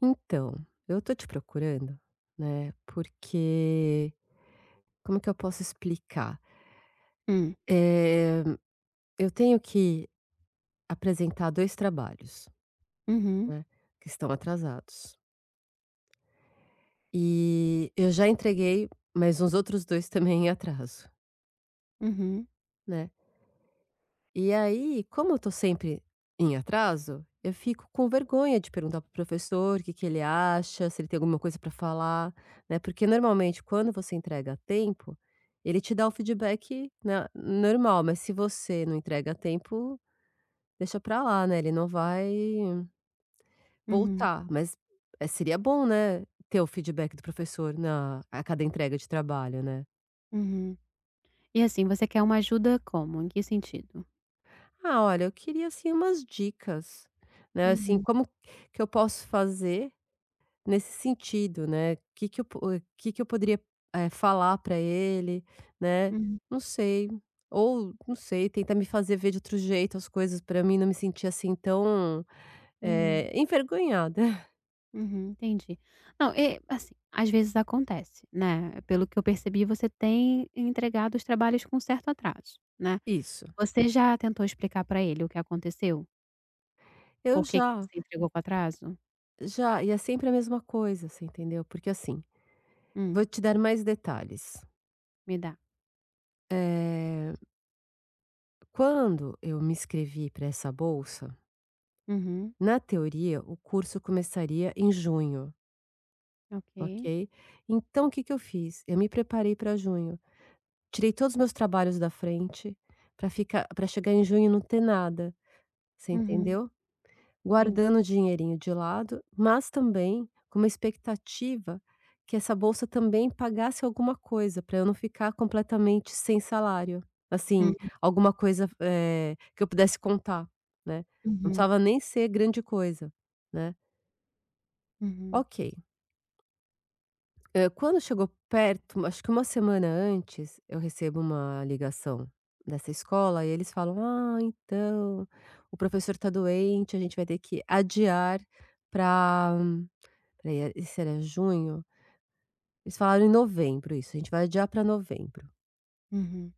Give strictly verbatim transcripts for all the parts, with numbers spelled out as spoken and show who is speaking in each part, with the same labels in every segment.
Speaker 1: Então, eu tô te procurando, né, porque como que eu posso explicar?
Speaker 2: Hum.
Speaker 1: Eh, eu tenho que apresentar dois trabalhos,
Speaker 2: Uhum,
Speaker 1: né, que estão atrasados. E eu já entreguei, mas os outros dois também em atraso,
Speaker 2: uhum,
Speaker 1: né. E aí, como eu tô sempre em atraso, eu fico com vergonha de perguntar pro professor o que que ele acha, se ele tem alguma coisa para falar, né, porque normalmente quando você entrega a tempo, ele te dá o feedback, né, normal, mas se você não entrega a tempo, deixa pra lá, né, ele não vai
Speaker 2: uhum,
Speaker 1: voltar, mas, eh, seria bom, né, ter o feedback do professor na a cada entrega de trabalho, né.
Speaker 2: uhum. E assim, você quer uma ajuda como? Em que sentido?
Speaker 1: "Ah, olha, eu queria, assim, umas dicas, né, assim,
Speaker 2: Uhum,
Speaker 1: como que eu posso fazer nesse sentido, né. O que que eu po eh, que que eu poderia, eh, falar para ele, né,
Speaker 2: uhum,
Speaker 1: não sei. Ou, não sei, tentar me fazer ver de outro jeito as coisas para mim não me sentir, assim, tão,
Speaker 2: uhum,
Speaker 1: eh, envergonhada.
Speaker 2: uhum, entendi. Não, e assim, às vezes acontece, né, pelo que eu percebi você tem entregado os trabalhos com certo atraso, né.
Speaker 1: Isso.
Speaker 2: Você já tentou explicar pra ele o que aconteceu?
Speaker 1: Eu
Speaker 2: Por que que
Speaker 1: já,
Speaker 2: você entregou com atraso?
Speaker 1: já, e é sempre a mesma coisa, você entendeu? Porque, assim,
Speaker 2: Hum,
Speaker 1: vou te dar mais detalhes.
Speaker 2: me dá.
Speaker 1: Eh, quando eu me inscrevi para essa bolsa,
Speaker 2: Uhum,
Speaker 1: na teoria, o curso começaria em junho.
Speaker 2: ok.
Speaker 1: Ok. Então o que que eu fiz? Eu me preparei para junho. Tirei todos os meus trabalhos da frente para ficar para chegar em junho e não ter nada, você
Speaker 2: Uhum,
Speaker 1: entendeu?
Speaker 2: entendi.
Speaker 1: Guardando o dinheirinho de lado, mas também com uma expectativa que essa bolsa também pagasse alguma coisa para eu não ficar completamente sem salário. Assim,
Speaker 2: Hum,
Speaker 1: alguma coisa, eh, que eu pudesse contar, né. Não
Speaker 2: uhum,
Speaker 1: precisava nem ser grande coisa, né.
Speaker 2: uhum,
Speaker 1: Ok. Hã, quando chegou perto, acho que uma semana antes, eu recebo uma ligação dessa escola e eles falam: "Ah, então, o professor tá doente, a gente vai ter que adiar para, espera, esse era junho? Eles falaram em novembro isso. A gente vai adiar para novembro.
Speaker 2: uhum.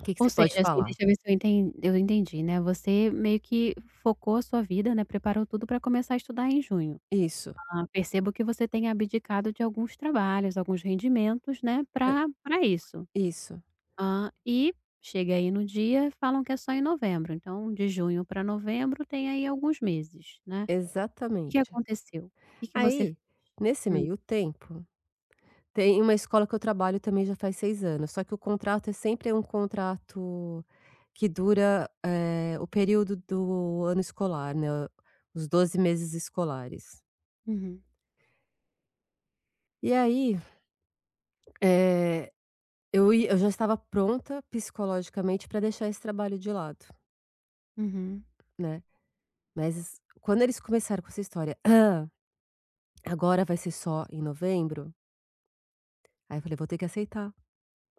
Speaker 1: O que que
Speaker 2: Ou
Speaker 1: você pode
Speaker 2: seja, assim,
Speaker 1: falar?"
Speaker 2: deixa eu ver se eu entendi eu entendi, né, você meio que focou a sua vida, né, preparou tudo para começar a estudar em junho.
Speaker 1: Isso,
Speaker 2: Ah, percebo que você tem abdicado de alguns trabalhos, alguns rendimentos, né,
Speaker 1: hã,
Speaker 2: para para isso.
Speaker 1: isso,
Speaker 2: Hã, e chega aí no dia, falam que é só em novembro, então de junho para novembro tem aí alguns meses, né. O que que
Speaker 1: exatamente.
Speaker 2: aconteceu? O que que você.
Speaker 1: Aí, nesse
Speaker 2: Hum,
Speaker 1: meio tempo, tem uma escola que eu trabalho também já faz seis anos, só que o contrato é sempre um contrato que dura, eh, o período do ano escolar, né, os doze meses escolares.
Speaker 2: uhum,
Speaker 1: E aí, eh, eu ia eu já estava pronta psicologicamente para deixar esse trabalho de lado,
Speaker 2: uhum,
Speaker 1: né, mas quando eles começaram com essa história: "Ah, agora vai ser só em novembro", aí eu falei: "Vou ter que aceitar,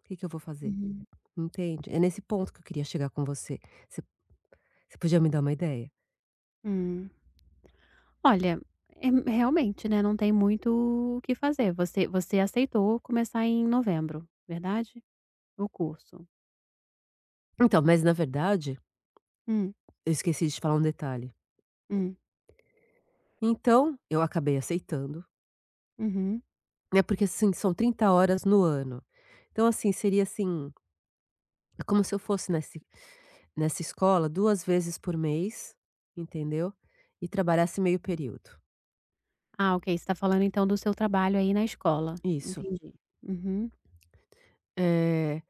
Speaker 1: o que que eu vou fazer?",
Speaker 2: uhum,
Speaker 1: entende? É nesse ponto que eu queria chegar com você, você você podia me dar uma ideia?
Speaker 2: hum. Olha, eh, realmente, né, não tem muito o que fazer. Você você aceitou começar em novembro, verdade? O curso.
Speaker 1: Então, mas na verdade,
Speaker 2: Hum,
Speaker 1: eu esqueci de te falar um detalhe.
Speaker 2: hum,
Speaker 1: Então, eu acabei aceitando,
Speaker 2: uhum.
Speaker 1: né, porque assim, são trinta horas no ano. Então assim, seria assim, é como se eu fosse nesse nessa escola duas vezes por mês, entendeu, e trabalhasse meio período.
Speaker 2: Ah, ok, você tá falando então do seu trabalho aí na escola.
Speaker 1: Isso.
Speaker 2: Entendi. Uhum,
Speaker 1: Eh,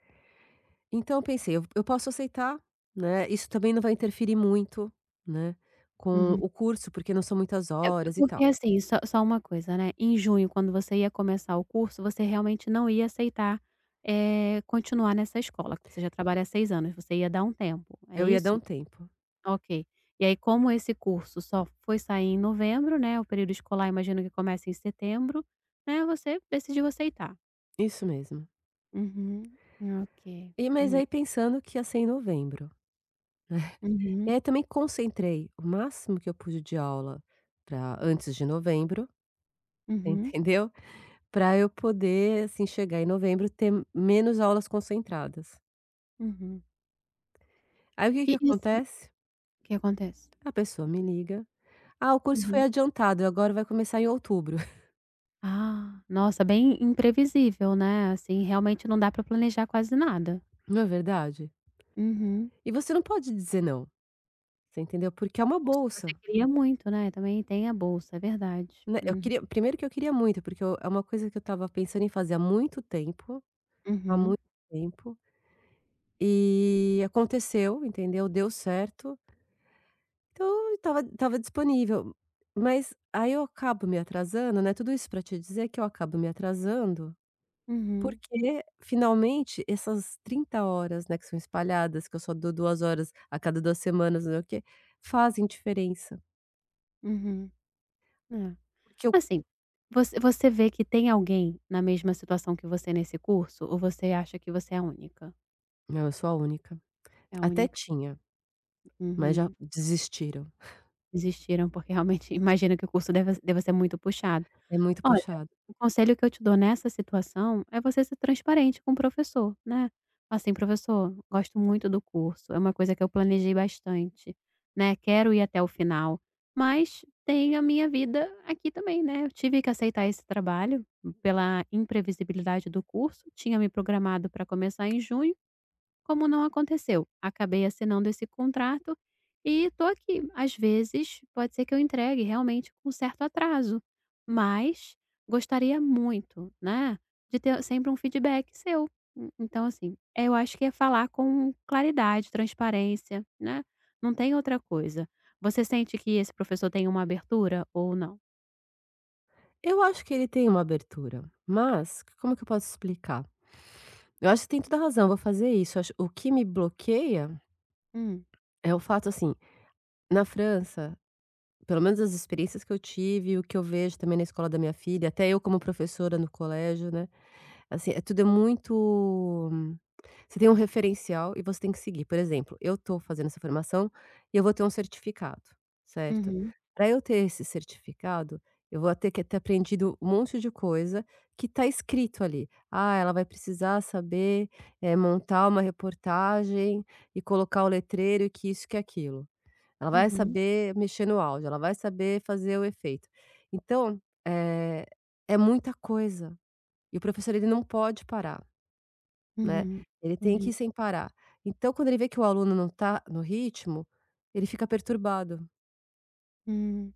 Speaker 1: então eu pensei: "Eu eu posso aceitar, né, isso também não vai interferir muito, né, com
Speaker 2: uhum.
Speaker 1: o curso, porque não são muitas
Speaker 2: É é
Speaker 1: horas e tal".
Speaker 2: porque, assim, só só uma coisa, né, em junho, quando você ia começar o curso, você realmente não ia aceitar, eh, continuar nessa escola, que você já trabalha há seis anos, você ia dar um tempo, é
Speaker 1: Eu ia dar
Speaker 2: isso?
Speaker 1: um tempo.
Speaker 2: Ok. E aí, como esse curso só foi sair em novembro, né, o período escolar imagino que começa em setembro, né, você decidiu aceitar.
Speaker 1: Isso mesmo.
Speaker 2: Uhum. Ok.
Speaker 1: E mas
Speaker 2: Hum.
Speaker 1: aí pensando que ia ser em novembro. E
Speaker 2: Uhum.
Speaker 1: aí também concentrei o máximo que eu pude de aula para antes de novembro,
Speaker 2: Uhum.
Speaker 1: entendeu, para eu poder, assim, chegar em novembro, ter menos aulas concentradas.
Speaker 2: Uhum.
Speaker 1: Aí o que
Speaker 2: E
Speaker 1: que
Speaker 2: e assim
Speaker 1: acontece?
Speaker 2: o que acontece?
Speaker 1: A pessoa me liga: "Ah, o curso foi
Speaker 2: Uhum.
Speaker 1: adiantado, agora vai começar em outubro".
Speaker 2: Ah, nossa, bem imprevisível, né, assim, realmente não dá para planejar quase nada.
Speaker 1: Não é verdade?
Speaker 2: Uhum.
Speaker 1: E você não pode dizer não, você entendeu, porque é
Speaker 2: É um
Speaker 1: uma
Speaker 2: curso que
Speaker 1: bolsa,
Speaker 2: você queria muito, né, também tem a bolsa, é verdade.
Speaker 1: né. Eu
Speaker 2: Uhum.
Speaker 1: queria primeiro que eu queria muito, porque eu é uma coisa que eu estava pensando em fazer há muito tempo, há
Speaker 2: Uhum.
Speaker 1: muito tempo, e aconteceu, entendeu, deu certo. Então, estava estava disponível, mas aí eu acabo me atrasando, né, tudo isso para te dizer que eu acabo me atrasando,
Speaker 2: Uhum.
Speaker 1: porque finalmente essas trinta horas, né, que são espalhadas, que eu só dou duas horas a cada duas semanas, não sei o quê, fazem diferença,
Speaker 2: Uhum. É.
Speaker 1: porque eu
Speaker 2: Assim, você você vê que tem alguém na mesma situação que você nesse curso ou você acha que você é a única?
Speaker 1: Não, eu sou a única.
Speaker 2: É a
Speaker 1: Até
Speaker 2: única?
Speaker 1: tinha, mas já
Speaker 2: Uhum.
Speaker 1: desistiram,
Speaker 2: Desistiram porque realmente imagino que o curso deve deve ser muito puxado.
Speaker 1: é muito
Speaker 2: Olha,
Speaker 1: puxado.
Speaker 2: o conselho que eu te dou nessa situação é você ser transparente com o professor, né. Assim: "Professor, gosto muito do curso, é uma coisa que eu planejei bastante, né, quero ir até o final, mas tem a minha vida aqui também, né, eu tive que aceitar esse trabalho pela imprevisibilidade do curso, tinha me programado para começar em junho, como não aconteceu, acabei assinando esse contrato e tô aqui. Às vezes, pode ser que eu entregue realmente com certo atraso, mas gostaria muito, né, de ter sempre um feedback seu. En então, assim, eh, eu acho que é falar com claridade, transparência, né, não tem outra coisa. Você sente que esse professor tem uma abertura ou não?
Speaker 1: Eu acho que ele tem uma abertura, mas como que eu posso explicar? Eu acho que tem toda razão, vou fazer isso. Eu acho o que me bloqueia
Speaker 2: Hum,
Speaker 1: é o fato, assim, na França, pelo menos as experiências que eu tive, o que eu vejo também na escola da minha filha, até eu como professora no colégio, né, assim, é tudo, é muito, você tem um referencial e você tem que seguir. Por exemplo, eu estou fazendo essa formação e eu vou ter um certificado, certo?
Speaker 2: uhum,
Speaker 1: Para eu ter esse certificado, eu vou ter que ter aprendido um monte de coisa que está escrito ali. Ah, ela vai precisar saber, eh, montar uma reportagem e colocar o letreiro e que isso, que aquilo. Ela vai
Speaker 2: uhum,
Speaker 1: saber mexer no áudio, ela vai saber fazer o efeito. Então, eh, é muita coisa, e o professor ele não pode parar, né,
Speaker 2: uhum.
Speaker 1: ele tem
Speaker 2: Entendi.
Speaker 1: que ir sem parar. Então quando ele vê que o aluno não está no ritmo, ele fica perturbado.
Speaker 2: Hum,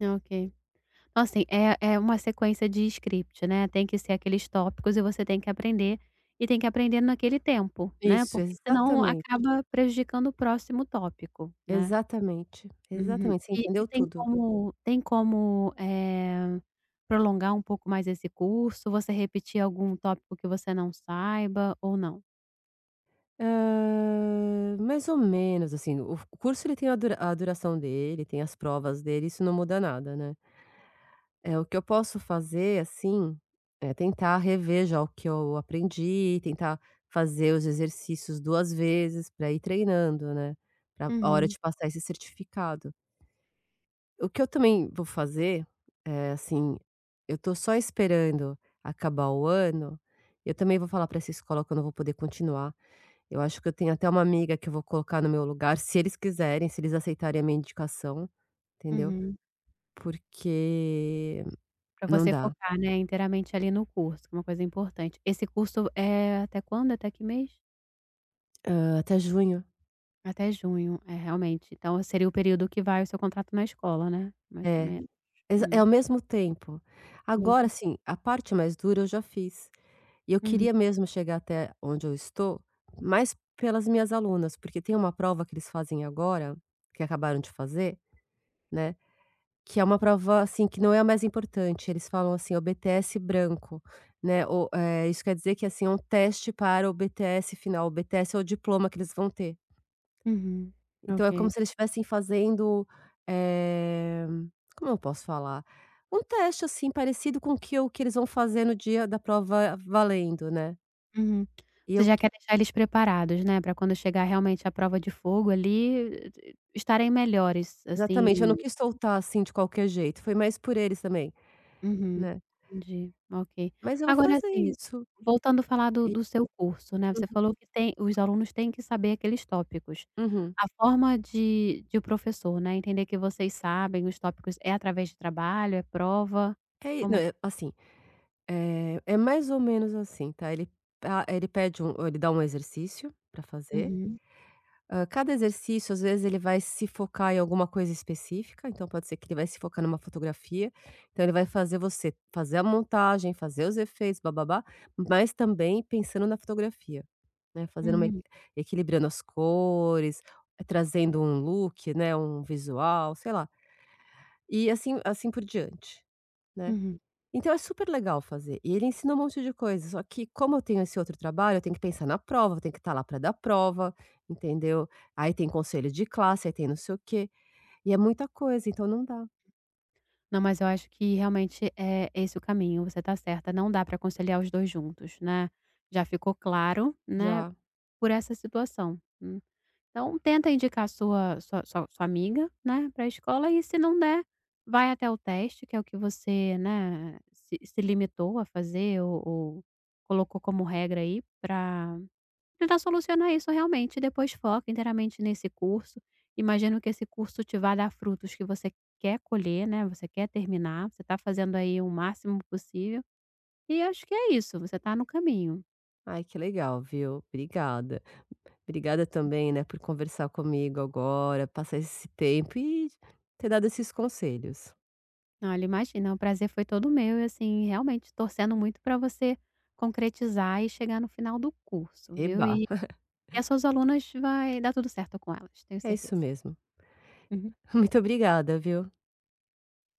Speaker 2: ok. Então, assim, é é uma sequência de script, né, tem que ser aqueles tópicos e você tem que aprender, e tem que aprender naquele tempo, né,
Speaker 1: Isso,
Speaker 2: porque senão
Speaker 1: exatamente,
Speaker 2: acaba prejudicando o próximo tópico, né.
Speaker 1: exatamente,
Speaker 2: Uhum.
Speaker 1: exatamente, você
Speaker 2: E e
Speaker 1: entendeu
Speaker 2: tem
Speaker 1: tudo.
Speaker 2: como tem como, eh, prolongar um pouco mais esse curso? Você repetir algum tópico que você não saiba ou não?
Speaker 1: Hã, mais ou menos, assim, o curso ele tem a dura a duração dele, tem as provas dele, isso não muda nada, né. É, o que eu posso fazer, assim, é tentar rever já o que eu aprendi, tentar fazer os exercícios duas vezes para ir treinando, né, pra a hora
Speaker 2: Uhum,
Speaker 1: de passar esse certificado. O que eu também vou fazer, eh, assim, eu tô só esperando acabar o ano, eu também vou falar para essa escola que eu não vou poder continuar. Eu acho que eu tenho até uma amiga que eu vou colocar no meu lugar, se eles quiserem, se eles aceitarem a minha indicação, entendeu,
Speaker 2: uhum.
Speaker 1: porque
Speaker 2: Pra
Speaker 1: não
Speaker 2: você
Speaker 1: dá.
Speaker 2: focar, né, inteiramente ali no curso, que é uma coisa importante. Esse curso é até quando? Até que mês?
Speaker 1: Hã, até junho.
Speaker 2: Até junho, é realmente. Então seria o período que vai o seu contrato na escola, né? Mais ou
Speaker 1: É,
Speaker 2: menos.
Speaker 1: exa é
Speaker 2: Hum,
Speaker 1: ao mesmo tempo. Agora
Speaker 2: mesmo.
Speaker 1: assim, a parte mais dura eu já fiz, e eu
Speaker 2: Uhum,
Speaker 1: queria mesmo chegar até onde eu estou, mais pelas minhas alunas, porque tem uma prova que eles fazem agora, que acabaram de fazer, né, que é uma prova, assim, que não é a mais importante, eles falam assim: "O B T S branco", né, ou, eh, isso quer dizer que, assim, é um teste para o B T S final, o B T S é o diploma que eles vão ter.
Speaker 2: uhum.
Speaker 1: Então é
Speaker 2: Ok.
Speaker 1: como se eles estivessem fazendo, eh, como eu posso falar? Um teste, assim, parecido com o que eu que eles vão fazer no dia da prova valendo, né.
Speaker 2: Uhum.
Speaker 1: E
Speaker 2: Você
Speaker 1: eu
Speaker 2: já quer deixar eles preparados, né, para quando chegar realmente a prova de fogo ali, eh, estarem melhores, assim.
Speaker 1: exatamente, eu não quis soltar, assim, de qualquer jeito, foi mais por eles também,
Speaker 2: Uhum,
Speaker 1: né.
Speaker 2: entendi, ok.
Speaker 1: Mas eu vou
Speaker 2: Agora
Speaker 1: fazer
Speaker 2: assim,
Speaker 1: isso
Speaker 2: voltando a falar do
Speaker 1: e
Speaker 2: do seu curso, né, você falou que tem os alunos têm que saber aqueles tópicos.
Speaker 1: uhum.
Speaker 2: A forma de de o professor, né, entender que vocês sabem os tópicos é através de trabalho, é prova?
Speaker 1: É i
Speaker 2: Como.
Speaker 1: não, é- assim, eh, é mais ou menos assim, tá, ele a ele pede um ele dá um exercício para fazer.
Speaker 2: Uhum,
Speaker 1: Hã, cada exercício, às vezes, ele vai se focar em alguma coisa específica, então pode ser que ele vai se focar numa fotografia, então ele vai fazer você fazer a montagem, fazer os efeitos, bá bá, mas também pensando na fotografia, né, fazendo uma
Speaker 2: uhum,
Speaker 1: equi- equilibrando as cores, eh, trazendo um look, né, um visual, sei lá, e assim assim por diante, né.
Speaker 2: uhum.
Speaker 1: Então é super legal fazer. E ele ensina um monte de coisa, só que como eu tenho esse outro trabalho, eu tenho que pensar na prova, eu tenho que estar lá para dar prova, entendeu? Aí tem conselho de classe, aí tem não sei o quê, e é muita coisa, então não dá.
Speaker 2: Não, mas eu acho que realmente é esse o caminho, você tá certa, não dá para conciliar os dois juntos, né. Já ficou claro, né,
Speaker 1: Já.
Speaker 2: por essa situação. Então tenta indicar sua sua sua sua amiga, né, para a escola e se não der, vai até o teste que é o que você, né, se se limitou a fazer ou ou colocou como regra aí para tentar solucionar isso realmente e depois foca inteiramente nesse curso. Imagino que esse curso te vá dar frutos que você quer colher, né, você quer terminar, você está fazendo aí o máximo possível, e acho que é isso, você está no caminho.
Speaker 1: Ai, que legal, viu? Obrigada. Obrigada também, né, por conversar comigo agora, passar esse tempo e ter dado esses conselhos.
Speaker 2: Olha, imagina, o prazer foi todo meu e, assim, realmente torcendo muito para você concretizar e chegar no final do curso, viu.
Speaker 1: Eba,
Speaker 2: E que as suas alunas vai dar tudo certo com elas, tenho
Speaker 1: é isso
Speaker 2: certeza.
Speaker 1: mesmo.
Speaker 2: Uhum.
Speaker 1: Muito obrigada, viu?